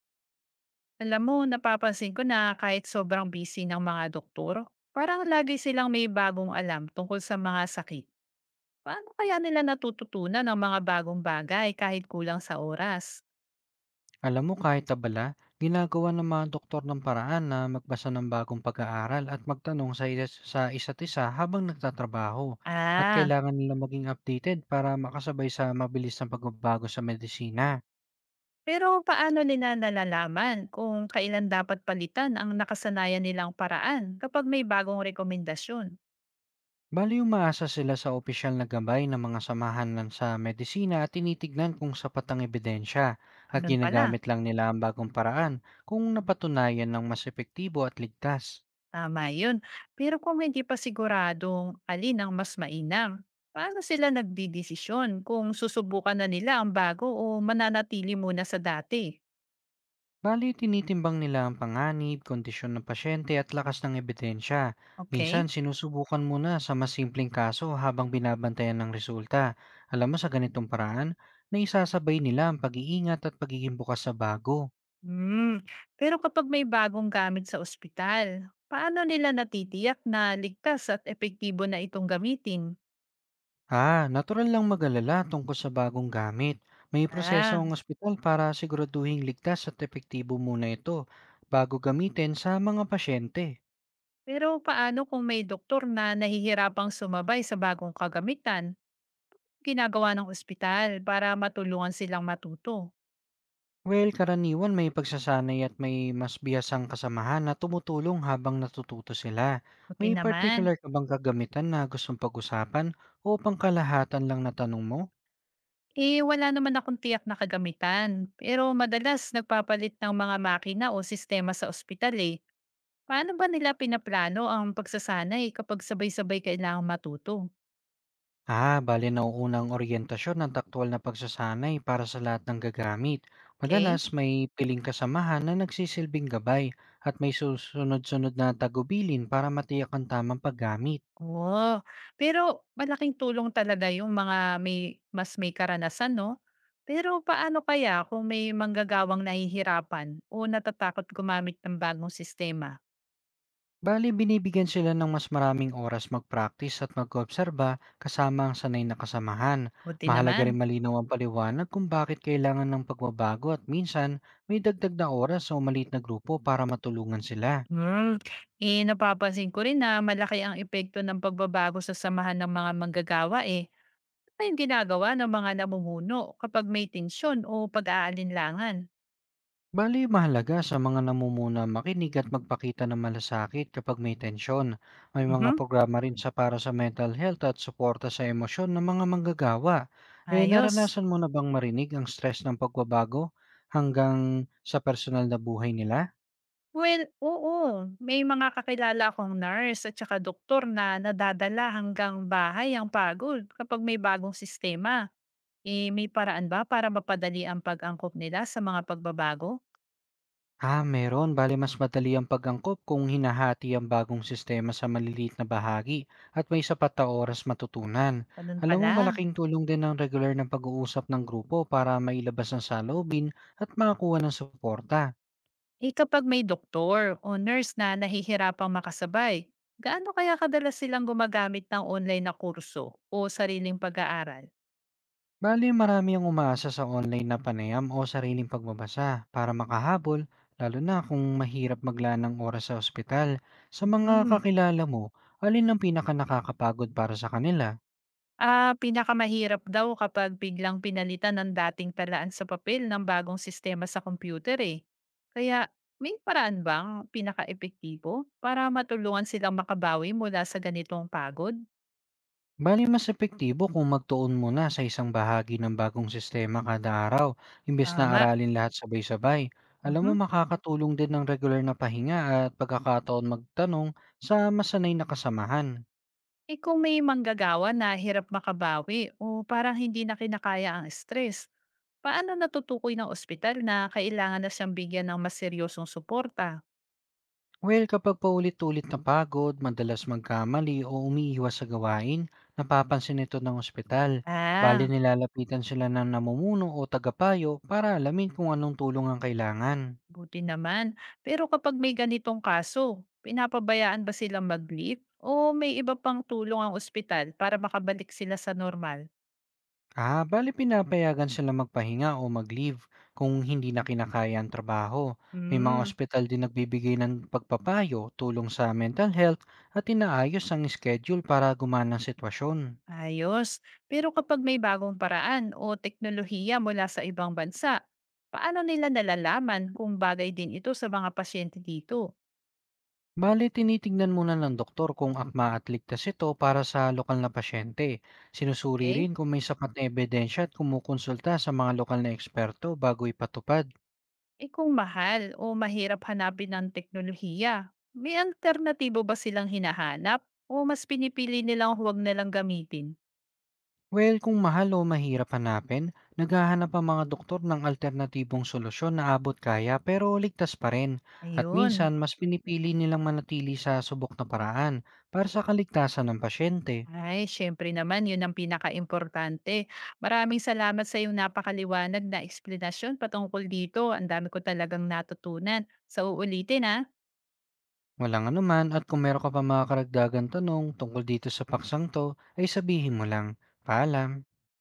Alam mo, napapansin ko na kahit sobrang busy ng mga doktor, parang lagi silang may bagong alam tungkol sa mga sakit. Paano kaya nila natututunan ng mga bagong bagay kahit kulang sa oras? Alam mo kahit abala, ginagawa ng mga doktor ng paraan na magbasa ng bagong pag-aaral at magtanong sa, sa isa't isa habang nagtatrabaho at Ah, kailangan nila maging updated para makasabay sa mabilis na pagbabago sa medisina. pero paano nila nalalaman kung kailan dapat palitan ang nakasanayan nilang paraan kapag may bagong rekomendasyon? Bali umaasa sila sa opisyal na gabay ng mga samahan ng sa medisina at tinitignan kung sapat ang ebidensya at Ganun pala. ginagamit lang nila ang bagong paraan kung napatunayan ng mas epektibo at ligtas. Tama yun. Pero kung hindi pa siguradong alin ang mas mainam, paano sila nagdidesisyon kung susubukan na nila ang bago o mananatili muna sa dati? Bali, tinitimbang nila ang panganib, kondisyon ng pasyente at lakas ng ebidensya. Okay? Minsan, sinusubukan muna sa mas simpleng kaso habang binabantayan ng resulta. Alam mo, sa ganitong paraan, naisasabay nila ang pag-iingat at pagiging bukas sa bago. Hmm. Pero kapag may bagong gamit sa ospital, paano nila natitiyak na ligtas at epektibo na itong gamitin? Ah, natural lang mag-alala tungkol sa bagong gamit. May proseso Ah, ang ospital para siguraduhing ligtas at epektibo muna ito bago gamitin sa mga pasyente. pero paano kung may doktor na nahihirapang sumabay sa bagong kagamitan? Ginagawa ng ospital para matulungan silang matuto. Well, karaniwan may pagsasanay at may mas bihasang kasamahan na tumutulong habang natututo sila. Puti May naman. particular ka bang kagamitan na gustong pag-usapan o pangkalahatan lang na tanong mo? Eh, wala naman akong tiyak na kagamitan. Pero madalas nagpapalit ng mga makina o sistema sa ospital eh. Paano ba nila pinaplano ang pagsasanay kapag sabay-sabay kailangang matuto? Ah, bale nauunang oryentasyon ng taktual na pagsasanay para sa lahat ng gagamit. Okay? Madalas may piling kasamahan na nagsisilbing gabay at may susunod-sunod na tagubilin para matiyak ang tamang paggamit. Oo. Pero malaking tulong talaga yung mga may, mas may karanasan, no? Pero paano kaya kung may manggagawang nahihirapan o natatakot gumamit ng bagong sistema? Bali, binibigyan sila ng mas maraming oras mag-practice at mag-obserba kasama ang sanay na kasamahan. Buti Mahalaga naman. rin malinaw ang paliwanag kung bakit kailangan ng pagbabago, at minsan may dagdag na oras o maliit na grupo para matulungan sila. Hmm, Napapansin ko rin na malaki ang epekto ng pagbabago sa samahan ng mga manggagawa eh. Ano yung ginagawa ng mga namumuno kapag may tensyon o pag-aalinlangan? Bali, mahalaga sa mga namumuna makinig at magpakita ng malasakit kapag may tensyon. May mga Mhm. programa rin sa para sa mental health at suporta sa emosyon ng mga manggagawa. Eh, Ayos. naranasan mo na bang marinig ang stress ng pagbabago hanggang sa personal na buhay nila? Well, oo. May mga kakilala akong nurse at saka doktor na nadadala hanggang bahay ang pagod kapag may bagong sistema. Eh, may paraan ba para mapadali ang pag-angkop nila sa mga pagbabago? Ah, meron. Bale, mas madali ang pag kung hinahati ang bagong sistema sa maliliit na bahagi at may sapat na oras matutunan. Ganun Alam mo, pala. malaking tulong din ang regular na pag-uusap ng grupo para mailabas ang saloobin at makakuha ng suporta. Eh kapag may doktor o nurse na nahihirapang makasabay, gaano kaya kadalas silang gumagamit ng online na kurso o sariling pag-aaral? Bale, marami ang umaasa sa online na panayam o sariling pagbabasa para makahabol, lalo na kung mahirap maglaan ng oras sa ospital. Sa mga Hmm. kakilala mo, alin ang pinaka nakakapagod para sa kanila? Ah, pinakamahirap daw kapag biglang pinalitan ng dating talaan sa papel ng bagong sistema sa computer eh. Kaya may paraan bang pinaka-epektibo para matulungan silang makabawi mula sa ganitong pagod? Bali, mas epektibo kung magtuon muna sa isang bahagi ng bagong sistema kada araw, imbes na Tama. aralin lahat sabay-sabay. Alam mo, Mhm. makakatulong din ng regular na pahinga at pagkakataon magtanong sa masanay na kasamahan. Eh kung may manggagawa na hirap makabawi o parang hindi na kinakaya ang stress, paano natutukoy ng ospital na kailangan na siyang bigyan ng mas seryosong suporta? Well, kapag paulit-ulit na pagod, madalas magkamali o umiiwas sa gawain, napapansin ito ng ospital. Bali, Ah, nilalapitan sila ng namumuno o tagapayo para alamin kung anong tulong ang kailangan. buti naman. Pero kapag may ganitong kaso, pinapabayaan ba silang mag-leave o may iba pang tulong ang ospital para makabalik sila sa normal? Ah, bale pinapayagan silang magpahinga o mag-leave kung hindi na kinakaya ang trabaho. May mga Hmm. ospital din nagbibigay ng pagpapayo, tulong sa mental health at inaayos ang schedule para gumana ang sitwasyon. Ayos. Pero kapag may bagong paraan o teknolohiya mula sa ibang bansa, paano nila nalalaman kung bagay din ito sa mga pasyente dito? Bale, tinitignan muna ng doktor kung akma at ligtas ito para sa lokal na pasyente. Sinusuri Okay? rin kung may sapat na ebidensya at kumukonsulta sa mga lokal na eksperto bago ipatupad. Eh kung mahal o mahirap hanapin ng teknolohiya, may alternatibo ba silang hinahanap o mas pinipili nilang huwag nalang gamitin? Well, kung mahal o mahirap hanapin, naghahanap ang mga doktor ng alternatibong solusyon na abot kaya pero ligtas pa rin. At Ayun. minsan, mas pinipili nilang manatili sa subok na paraan para sa kaligtasan ng pasyente. Ay, syempre naman, yun ang pinaka-importante. Maraming salamat sa iyong napakaliwanag na eksplanasyon patungkol dito. Ang dami ko talagang natutunan. So, uulitin ha. Walang anuman, at kung meron ka pa mga karagdagan tanong tungkol dito sa paksang to, ay sabihin mo lang. Paalam!